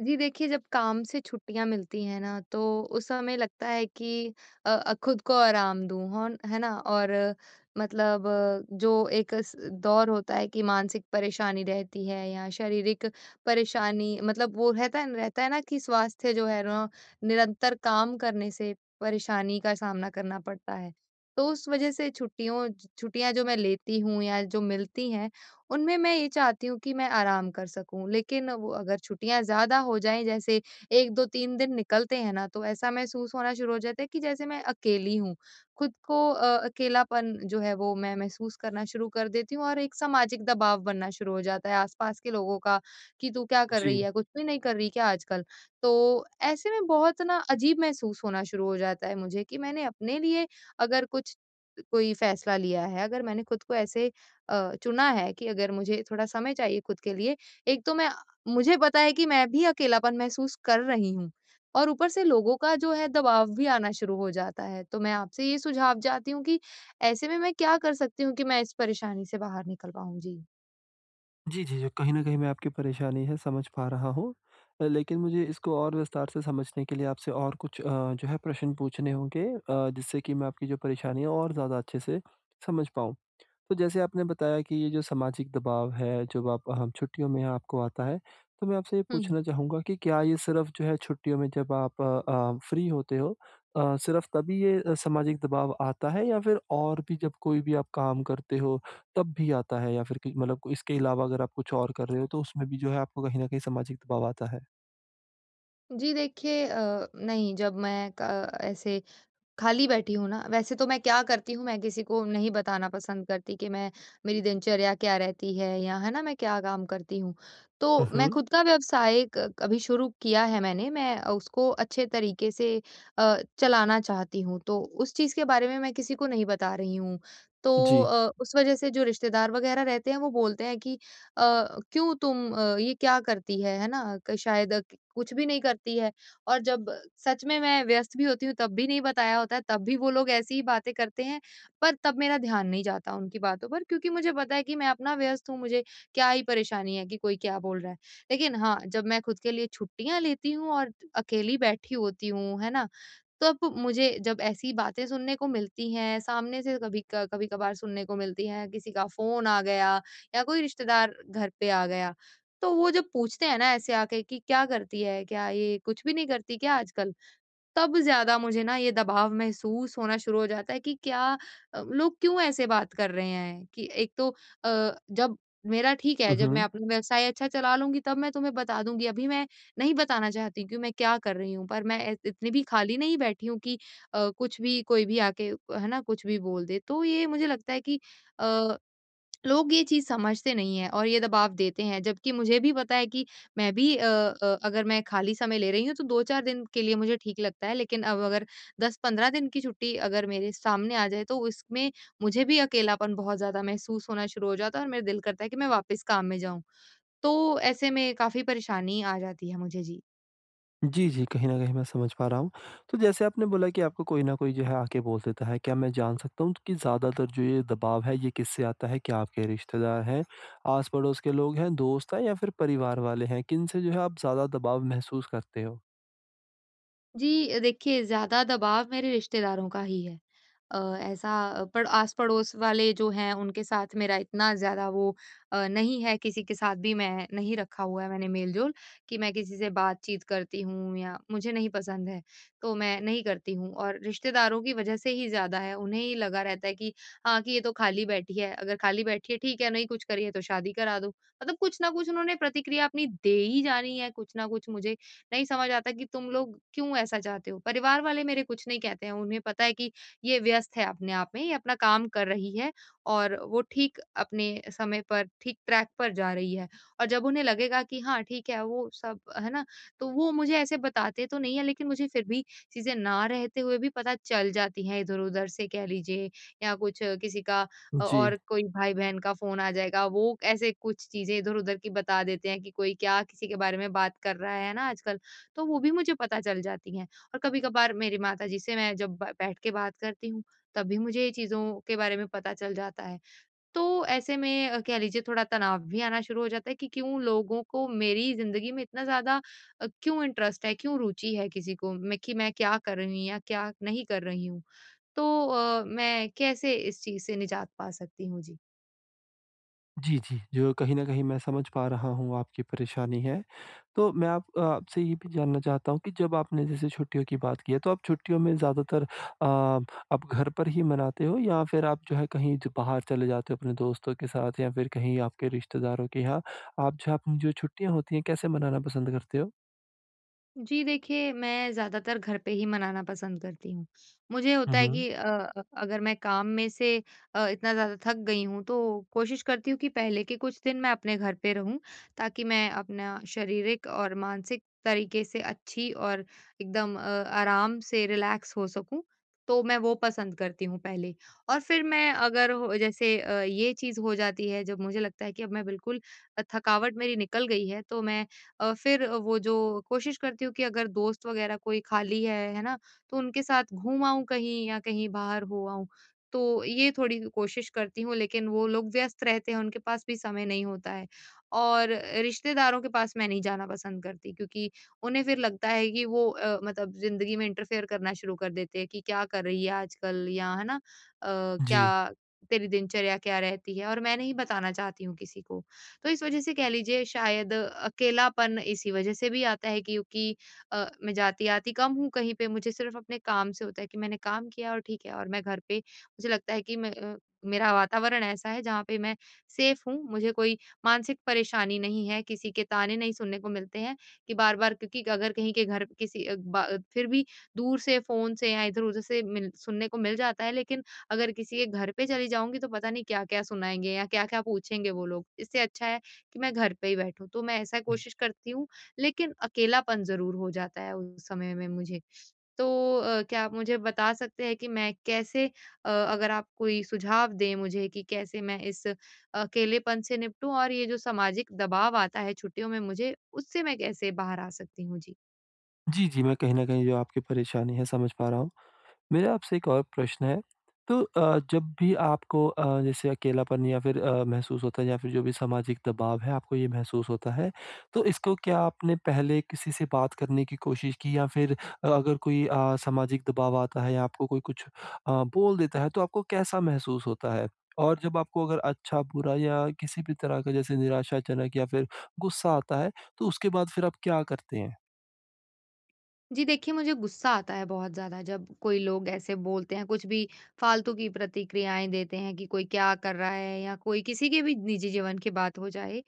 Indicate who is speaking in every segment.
Speaker 1: जी देखिए, जब काम से छुट्टियाँ मिलती हैं ना, तो उस समय लगता है कि खुद को आराम दूँ, होन है ना? और मतलब जो एक स दौर होता है कि मानसिक परेशानी रहती है या शारीरिक परेशानी मतलब वो रहता है ना कि स्वास्थ्य जो है ना, निरंतर काम करने से परेशानी का सामना करना पड़ता है। तो उस वजह से छुट्टियों छुट्टियाँ जो मैं लेती हूँ या जो मिलती हैं, उनमें मैं ये चाहती हूँ कि मैं आराम कर सकूँ। लेकिन वो अगर छुट्टियाँ ज़्यादा हो जाएँ जैसे 1, 2, 3 दिन निकलते हैं ना तो ऐसा महसूस होना शुरू हो जाता है कि जैसे मैं अकेली हूँ। खुद को अकेलापन जो है वो मैं महसूस करना शुरू कर देती हूँ और एक सामाजिक दबाव बनना शुरू हो जाता है आस-पास के लोगों का कि तू क्या कर
Speaker 2: जी।
Speaker 1: रही है? कुछ भी नहीं कर रही क्या आजकल? तो ऐसे में बहुत ना अजीब महसूस होना शुरू हो जाता है मुझे कि मैंने अपने लिए अगर कुछ कोई फैसला लिया है, अगर मैंने खुद को ऐसे चुना है कि अगर मुझे थोड़ा समय चाहिए खुद के लिए, एक तो मैं मुझे पता है कि मैं भी अकेलापन महसूस कर रही हूँ और ऊपर से लोगों का जो है दबाव भी आना शुरू हो जाता है। तो मैं आपसे ये सुझाव चाहती हूँ कि ऐसे में मैं क्या कर सकती हूँ कि मैं इस परेशानी से बाहर निकल पाऊँ? जी।
Speaker 2: जी, जी, जी। कहीं न कहीं मैं आपकी परेशानी है समझ पा रहा हूँ। लेकिन मुझे इसको और विस्तार से समझने के लिए आपसे और कुछ जो है प्रश्न पूछने होंगे, जिससे कि मैं आपकी जो परेशानी है और ज़्यादा अच्छे से समझ पाऊँ। तो जैसे आपने बताया कि ये जो सामाजिक दबाव है, जब आप हम छुट्टियों में आपको आता है, तो मैं आपसे ये
Speaker 1: हुँ।
Speaker 2: पूछना चाहूँगा कि क्या ये सिर्फ़ जो है छुट्टियों में जब आप फ्री होते हो, सिर्फ़ तभी ये सामाजिक दबाव आता है या फिर और भी जब कोई भी आप काम करते हो, तब भी आता है, या फिर कि मतलब इसके अलावा अगर आप कुछ और कर रहे हो, तो उसमें भी जो है आपको कहीं न कहीं सामाजिक दबाव आता है?
Speaker 1: जी देखिए नहीं जब मैं क ऐसे खाली बैठी हूँ ना, वैसे तो मैं क्या करती हूँ, मैं किसी को नहीं बताना पसंद करती कि मैं मेरी दिनचर्या क्या रहती है या है ना, मैं क्या काम करती हूँ।
Speaker 2: हुँ,
Speaker 1: तो मैं
Speaker 2: हुँ।
Speaker 1: खुद का व्यवसाय क अभी शुरू किया है मैंने, मैं उसको अच्छे तरीके से चलाना चाहती हूँ, तो उस चीज़ के बारे में मैं किसी को नहीं बता रही हूँ। तो
Speaker 2: जी।
Speaker 1: उस वज़ह से जो रिश्तेदार वग़ैरह रहते हैं, वो बोलते हैं कि "क्यों तुम ये क्या करती है?" है ना? कुछ भी नहीं करती है, और जब सच में मैं व्यस्त भी होती हूँ तब भी नहीं बताया होता है, तब भी वो लोग ऐसी ही बातें करते हैं, पर तब मेरा ध्यान नहीं जाता उनकी बातों पर क्योंकि मुझे पता है कि मैं अपना व्यस्त हूँ, मुझे क्या ही परेशानी है कि कोई क्या बोल रहा है। लेकिन हाँ, जब मैं खुद के लिए छुट्टियाँ लेती हूँ और अकेली बैठी होती हूँ, है ना? तब मुझे जब ऐसी बातें सुनने को मिलती हैं, सामने से कभी क कभी-कभार सुनने को मिलती हैं, किसी का फ़ोन आ गया या कोई रिश्तेदार घर पे आ गया, तो वो जब पूछते हैं ना ऐसे आके कि क्या करती है? क्या ये कुछ भी नहीं करती क्या आजकल? तब ज़्यादा मुझे ना ये दबाव महसूस होना शुरू हो जाता है कि लोग क्यों ऐसे बात कर रहे हैं? कि एक तो जब मेरा ठीक है,
Speaker 2: हुँ,
Speaker 1: जब मैं
Speaker 2: हुँ।
Speaker 1: अपना व्यवसाय अच्छा चला लूँगी तब मैं तुम्हें बता दूँगी, अभी मैं नहीं बताना चाहती कि मैं क्या कर रही हूँ। पर मैं ए इतनी भी खाली नहीं बैठी हूँ कि कुछ भी कोई भी आके है ना, कुछ भी बोल दे। तो ये मुझे लगता है कि अ, लोग ये चीज़ समझते नहीं हैं और ये दबाव देते हैं, जबकि मुझे भी पता है कि मैं भी अगर मैं खाली समय ले रही हूँ तो 2-4 दिन के लिए मुझे ठीक लगता है, लेकिन अब अगर 10-15 दिन की छुट्टी अगर मेरे सामने आ जाए, तो इसमें मुझे भी अकेलापन बहुत ज़्यादा महसूस होना शुरू हो जाता है और मेरा दिल करता है कि मैं वापस काम में जाऊँ। तो ऐसे में काफ़ी परेशानी आ जाती है मुझे। जी।
Speaker 2: जी, जी, कहीं न कहीं मैं समझ पा रहा हूँ। तो जैसे आपने बोला कि आपको कोई न कोई जो है आके बोल देता है, क्या मैं जान सकता हूँ कि ज़्यादातर जो ये दबाव है ये किससे आता है? क्या आपके रिश्तेदार हैं, आस-पड़ोस के लोग हैं, दोस्त हैं या फिर परिवार वाले हैं? किनसे जो है आप ज़्यादा दबाव महसूस करते हो?
Speaker 1: जी, देखिए ज़्यादा दबाव मेरे रिश्तेदारों का ही है। अ, ऐसा अ, पड़ आस-पड़ोस वाले जो हैं उनके साथ मेरा इतना ज़्यादा वो नहीं है किसी के साथ भी मैं नहीं रखा हुआ है मैंने मेल-जोल कि मैं किसी से बातचीत करती हूँ या मुझे नहीं पसंद है, तो मैं नहीं करती हूँ और रिश्तेदारों की वजह से ही ज़्यादा है। उन्हें ही लगा रहता है कि हाँ, कि ये तो खाली बैठी है, अगर खाली बैठी है ठीक है, नहीं कुछ करी है तो शादी करा दो। मतलब कुछ ना कुछ उन्होंने प्रतिक्रिया अपनी दे ही जानी है, कुछ ना कुछ मुझे नहीं समझ आता कि तुम लोग क्यों ऐसा चाहते हो? परिवार वाले मेरे कुछ नहीं कहते हैं, उन्हें पता है कि ये व्यस्त है अपने आप में, ये अपना काम कर रही है और वो ठीक अपने समय पर, ठीक ट्रैक पर जा रही है। और जब उन्हें लगेगा कि हाँ, ठीक है वो सब है ना? तो वो मुझे ऐसे बताते तो नहीं है लेकिन मुझे फिर भी चीज़ें ना रहते हुए भी पता चल जाती हैं इधर-उधर से कह लीजिए या कुछ अ, किसी का अ,
Speaker 2: जी।
Speaker 1: और कोई भाई-बहन का फ़ोन आ जाएगा, वो ऐसे कुछ चीज़ें इधर-उधर की बता देते हैं कि कोई क्या किसी के बारे में बात कर रहा है ना आजकल। तो वो भी मुझे पता चल जाती हैं। और कभी-कभार मेरी माताजी से मैं जब ब बैठ के बात करती हूँ, तब भी मुझे ये चीज़ों के बारे में पता चल जाता है। तो ऐसे में कह लीजिए थोड़ा तनाव भी आना शुरू हो जाता है कि क्यों लोगों को मेरी ज़िंदगी में इतना ज़्यादा क्यों इंटरेस्ट है, क्यों रुचि है किसी को मैं कि मैं क्या कर रही हूँ या क्या नहीं कर रही हूँ। तो मैं कैसे इस चीज़ से निजात पा सकती हूँ? जी।
Speaker 2: जी, जी। जो कहीं न कहीं मैं समझ पा रहा हूँ आपकी परेशानी है। तो मैं आपसे ये भी जानना चाहता हूँ कि जब आपने जैसे छुट्टियों की बात की है, तो आप छुट्टियों में ज़्यादातर आप घर पर ही मनाते हो, या फिर आप जो है कहीं ज बाहर चले जाते हो अपने दोस्तों के साथ, या फिर कहीं आपके रिश्तेदारों के यहाँ? आप जो अपनी जो छुट्टियाँ होती हैं, कैसे मनाना पसंद करते हो?
Speaker 1: जी देखिए, मैं ज़्यादातर घर पे ही मनाना पसंद करती हूँ। मुझे
Speaker 2: हुँ,
Speaker 1: होता है
Speaker 2: हुँ।
Speaker 1: कि अगर मैं काम में से इतना ज़्यादा थक गई हूँ तो कोशिश करती हूँ कि पहले के कुछ दिन मैं अपने घर पे रहूँ ताकि मैं अपना शारीरिक और मानसिक तरीके से अच्छी और एकदम आराम से रिलैक्स हो सकूँ। तो मैं वो पसंद करती हूँ पहले और फिर मैं अगर हो जैसे ये चीज़ हो जाती है जब मुझे लगता है कि अब मैं बिल्कुल थकावट मेरी निकल गई है तो मैं अ, फिर वो जो कोशिश करती हूँ कि अगर दोस्त वगैरह कोई खाली है ना? तो उनके साथ घूम आऊँ कहीं या कहीं बाहर हो आऊँ। तो ये थोड़ी कोशिश करती हूँ लेकिन वो लोग व्यस्त रहते हैं, उनके पास भी समय नहीं होता है। और रिश्तेदारों के पास मैं नहीं जाना पसंद करती क्योंकि उन्हें फिर लगता है कि वो मतलब ज़िंदगी में इंटरफेयर करना शुरू कर देते हैं कि क्या कर रही है आजकल या है ना? अ,
Speaker 2: जी।
Speaker 1: क्या तेरी दिनचर्या क्या रहती है? और मैं नहीं बताना चाहती हूँ किसी को। तो इस वजह से कह लीजिए शायद अकेलापन इसी वजह से भी आता है क्योंकि मैं जाती-आती कम हूँ कहीं पे, मुझे सिर्फ़ अपने काम से होता है कि मैंने काम किया और ठीक है और मैं घर पे मुझे लगता है कि मेरा वातावरण ऐसा है जहाँ पे मैं सेफ़ हूँ, मुझे कोई मानसिक परेशानी नहीं है, किसी के ताने नहीं सुनने को मिलते हैं कि बार-बार क्योंकि अगर कहीं के घर किसी अ, बा फिर भी दूर से फ़ोन से या इधर-उधर से मिल सुनने को मिल जाता है लेकिन अगर किसी के घर पे चली जाऊँगी तो पता नहीं क्या-क्या सुनाएँगे या क्या-क्या पूछेंगे वो लोग। इससे अच्छा है कि मैं घर पे ही बैठूँ, तो मैं ऐसा कोशिश करती हूँ, लेकिन अकेलापन ज़रूर हो जाता है उस समय में मुझे। तो क्या आप मुझे बता सकते हैं कि मैं कैसे अगर आप कोई सुझाव दें मुझे कि कैसे मैं इस अकेलेपन से निपटूँ और ये जो सामाजिक दबाव आता है छुट्टियों में मुझे, उससे मैं कैसे बाहर आ सकती हूँ? जी।
Speaker 2: जी, जी, मैं कहीं न कहीं जो आपकी परेशानी है समझ पा रहा हूँ। मेरा आपसे एक और प्रश्न है, तो जब भी आपको जैसे अकेलापन या फिर महसूस होता है, या फिर जो भी सामाजिक दबाव है, आपको ये महसूस होता है, तो इसको क्या आपने पहले किसी से बात करने की कोशिश की, या फिर अगर कोई सामाजिक दबाव आता है या आपको कोई कुछ बोल देता है, तो आपको कैसा महसूस होता है? और जब आपको अगर अच्छा, बुरा या किसी भी तरह का जैसे निराशाजनक या फिर गुस्सा आता है, तो उसके बाद फिर आप क्या करते हैं?
Speaker 1: जी देखिए, मुझे गुस्सा आता है बहुत ज़्यादा जब कोई लोग ऐसे बोलते हैं, कुछ भी फालतू की प्रतिक्रियाएँ देते हैं कि कोई क्या कर रहा है या कोई किसी के भी निजी जीवन की बात हो जाए,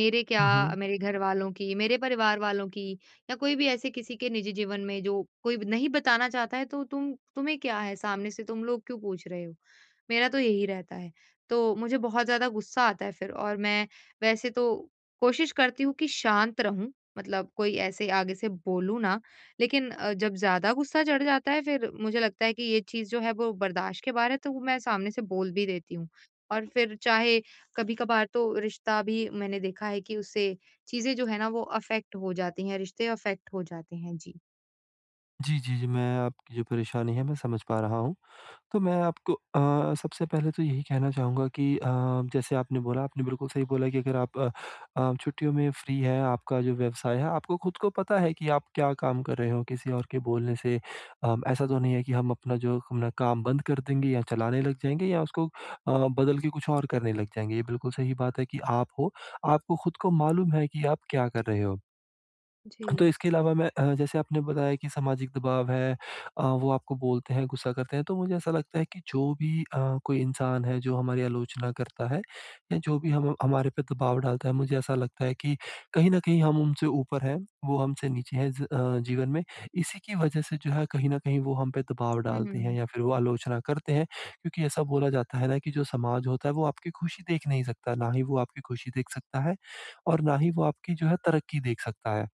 Speaker 1: मेरे क्या
Speaker 2: हुँ, हुँ।
Speaker 1: मेरे घरवालों की, मेरे परिवार वालों की या कोई भी ऐसे किसी के निजी जीवन में जो कोई नहीं बताना चाहता है तो तुम्हें क्या है? सामने से तुम लोग क्यों पूछ रहे हो? मेरा तो यही रहता है। तो मुझे बहुत ज़्यादा गुस्सा आता है फिर और मैं वैसे तो कोशिश करती हूँ कि शांत रहूँ, मतलब कोई ऐसे आगे से बोलूँ ना लेकिन जब ज़्यादा गुस्सा चढ़ जाता है फिर मुझे लगता है कि ये चीज़ जो है वो बर्दाश्त के बाहर है तो वो मैं सामने से बोल भी देती हूँ। और फिर चाहे कभी-कभार तो रिश्ता भी मैंने देखा है कि उससे चीज़ें जो है ना वो अफ़ेक्ट हो जाती हैं, रिश्ते अफ़ेक्ट हो जाते हैं। जी।
Speaker 2: जी, जी, जी, मैं आपकी जो परेशानी है, मैं समझ पा रहा हूँ। तो मैं आपको सबसे पहले तो यही कहना चाहूँगा कि जैसे आपने बोला, आपने बिल्कुल सही बोला कि अगर छुट्टियों में फ्री हैं, आपका जो व्यवसाय है, आपको खुद को पता है कि आप क्या काम कर रहे हो, किसी और के बोलने से ऐसा तो नहीं है कि हम अपना जो अपना काम बंद कर देंगे या चलाने लग जाएँगे, या उसको बदल के कुछ और करने लग जाएँगे। ये बिल्कुल सही बात है कि आप हो, आपको खुद को मालूम है कि आप क्या कर रहे हो। तो
Speaker 1: जी।
Speaker 2: इसके अलावा मैं जैसे आपने बताया कि सामाजिक दबाव है, वो आपको बोलते हैं, गुस्सा करते हैं, तो मुझे ऐसा लगता है कि जो भी कोई इंसान है जो हमारी आलोचना करता है या जो भी हम हमारे पे दबाव डालता है, मुझे ऐसा लगता है कि कहीं न कहीं हम उनसे ऊपर हैं, वो हमसे नीचे हैं जीवन में। इसी की वज़ह से जो है कहीं न कहीं वो हम पे दबाव डालते हैं
Speaker 1: हुँ,
Speaker 2: या फिर वो आलोचना करते हैं, क्योंकि ऐसा बोला जाता है ना कि जो समाज होता है, वो आपकी खुशी देख नहीं सकता, ना ही वो आपकी खुशी देख सकता है, और ना ही वो आपकी जो है तरक्की देख सकता है।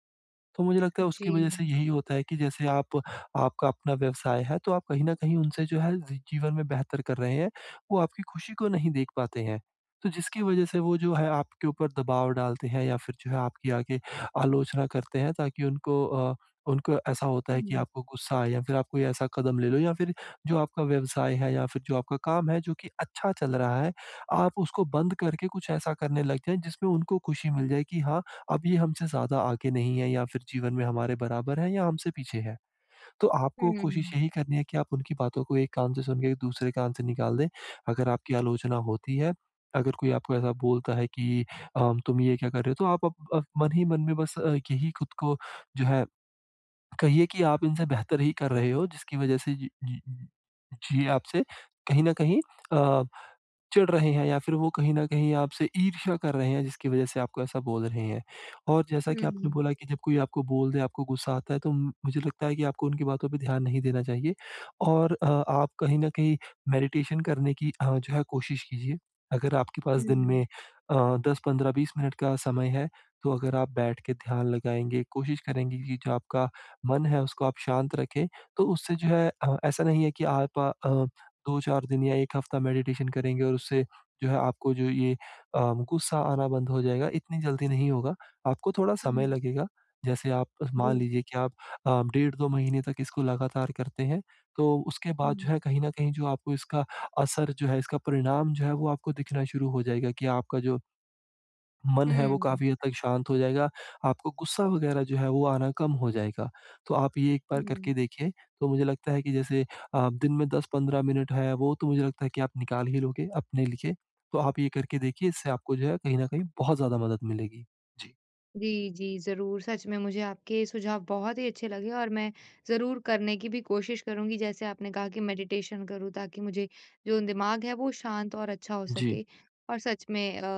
Speaker 2: तो मुझे लगता है
Speaker 1: जी।
Speaker 2: उसकी वजह से यही होता है कि जैसे आप आपका अपना व्यवसाय है, तो आप कहीं न कहीं उनसे जो है जीवन में बेहतर कर रहे हैं, वो आपकी खुशी को नहीं देख पाते हैं। तो जिसकी वजह से वो जो है आपके ऊपर दबाव डालते हैं या फिर जो है आपकी आगे आलोचना करते हैं, ताकि उनको उनको ऐसा होता
Speaker 1: हुँ,
Speaker 2: है कि
Speaker 1: हुँ,
Speaker 2: आपको गुस्सा आए, या फिर आप कोई ऐसा कदम ले लो, या फिर जो आपका व्यवसाय है या फिर जो आपका काम है जो कि अच्छा चल रहा है, आप उसको बंद करके कुछ ऐसा करने लग जाएँ जिसमें उनको खुशी मिल जाए कि हाँ, अब ये हमसे ज़्यादा आगे नहीं है, या फिर जीवन में हमारे बराबर है या हमसे पीछे है। तो
Speaker 1: हुँ,
Speaker 2: आपको कोशिश
Speaker 1: हुँ,
Speaker 2: यही करनी है कि आप उनकी बातों को एक कान से सुन के दूसरे कान से निकाल दें। अगर आपकी आलोचना होती है, अगर कोई आपको ऐसा बोलता है कि तुम ये क्या कर रहे हो, तो आप अब मन ही मन में बस यही खुद को जो है कहिए कि आप इनसे बेहतर ही कर रहे हो, जिसकी वज़ह से जी जी जी आपसे कहीं न कहीं अ चिढ़ रहे हैं, या फिर वो कहीं न कहीं आपसे ईर्ष्या कर रहे हैं जिसकी वज़ह से आपको ऐसा बोल रहे हैं। और जैसा कि आपने
Speaker 1: हुँ,
Speaker 2: बोला कि जब कोई आपको बोल दे, आपको गुस्सा आता है, तो म मुझे लगता है कि आपको उनकी बातों पे ध्यान नहीं देना चाहिए, और आप कहीं न कहीं मेडिटेशन करने की जो है कोशिश कीजिए। अगर आपके पास दिन में अ, 10, 15, 20 मिनट का समय है, तो अगर आप बैठ के ध्यान लगाएँगे, कोशिश करेंगे कि जो आपका मन है उसको आप शांत रखें, तो उससे जो है ऐसा नहीं है कि आप अ 2-4 दिन या 1 हफ्ता मेडिटेशन करेंगे और उससे जो है आपको जो ये गुस्सा आना बंद हो जाएगा, इतनी जल्दी नहीं होगा, आपको थोड़ा समय लगेगा। जैसे आप मान
Speaker 1: जी।
Speaker 2: लीजिए कि आप डेढ़ 2 महीने तक इसको लगातार करते हैं, तो उसके बाद
Speaker 1: हुँ,
Speaker 2: जो है कहीं न कहीं जो आपको इसका असर जो है, इसका परिणाम जो है वो आपको दिखना शुरू हो जाएगा कि आपका जो मन है वो
Speaker 1: हुँ,
Speaker 2: काफ़ी हद तक शांत हो जाएगा, आपको गुस्सा वग़ैरह जो है वो आना कम हो जाएगा। तो आप ये एक बार
Speaker 1: हुँ।
Speaker 2: करके देखिए, तो मुझे लगता है कि जैसे दिन में 10-15 मिनट है, वो तो मुझे लगता है कि आप निकाल ही लोगे अपने लिए। तो आप ये करके देखिए, इससे आपको जो है कहीं न कहीं बहुत ज़्यादा मदद मिलेगी। जी।
Speaker 1: जी, जी, ज़रूर। सच में मुझे आपके सुझाव बहुत ही अच्छे लगे और मैं ज़रूर करने की भी कोशिश करूँगी। जैसे आपने कहा कि मेडिटेशन करूँ ताकि मुझे जो दिमाग है वो शांत और अच्छा हो
Speaker 2: जी।
Speaker 1: सके। और सच में अ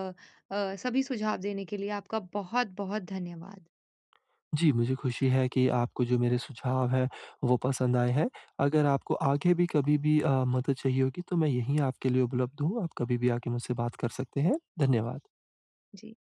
Speaker 1: अ, सभी सुझाव देने के लिए आपका बहुत-बहुत धन्यवाद।
Speaker 2: जी, मुझे खुशी है कि आपको जो मेरे सुझाव हैं वो पसंद आए हैं। अगर आपको आगे भी कभी भी मदद चाहिए होगी, तो मैं यहीं आपके लिए उपलब्ध हूँ, आप कभी भी आके मुझसे बात कर सकते हैं। धन्यवाद।
Speaker 1: जी।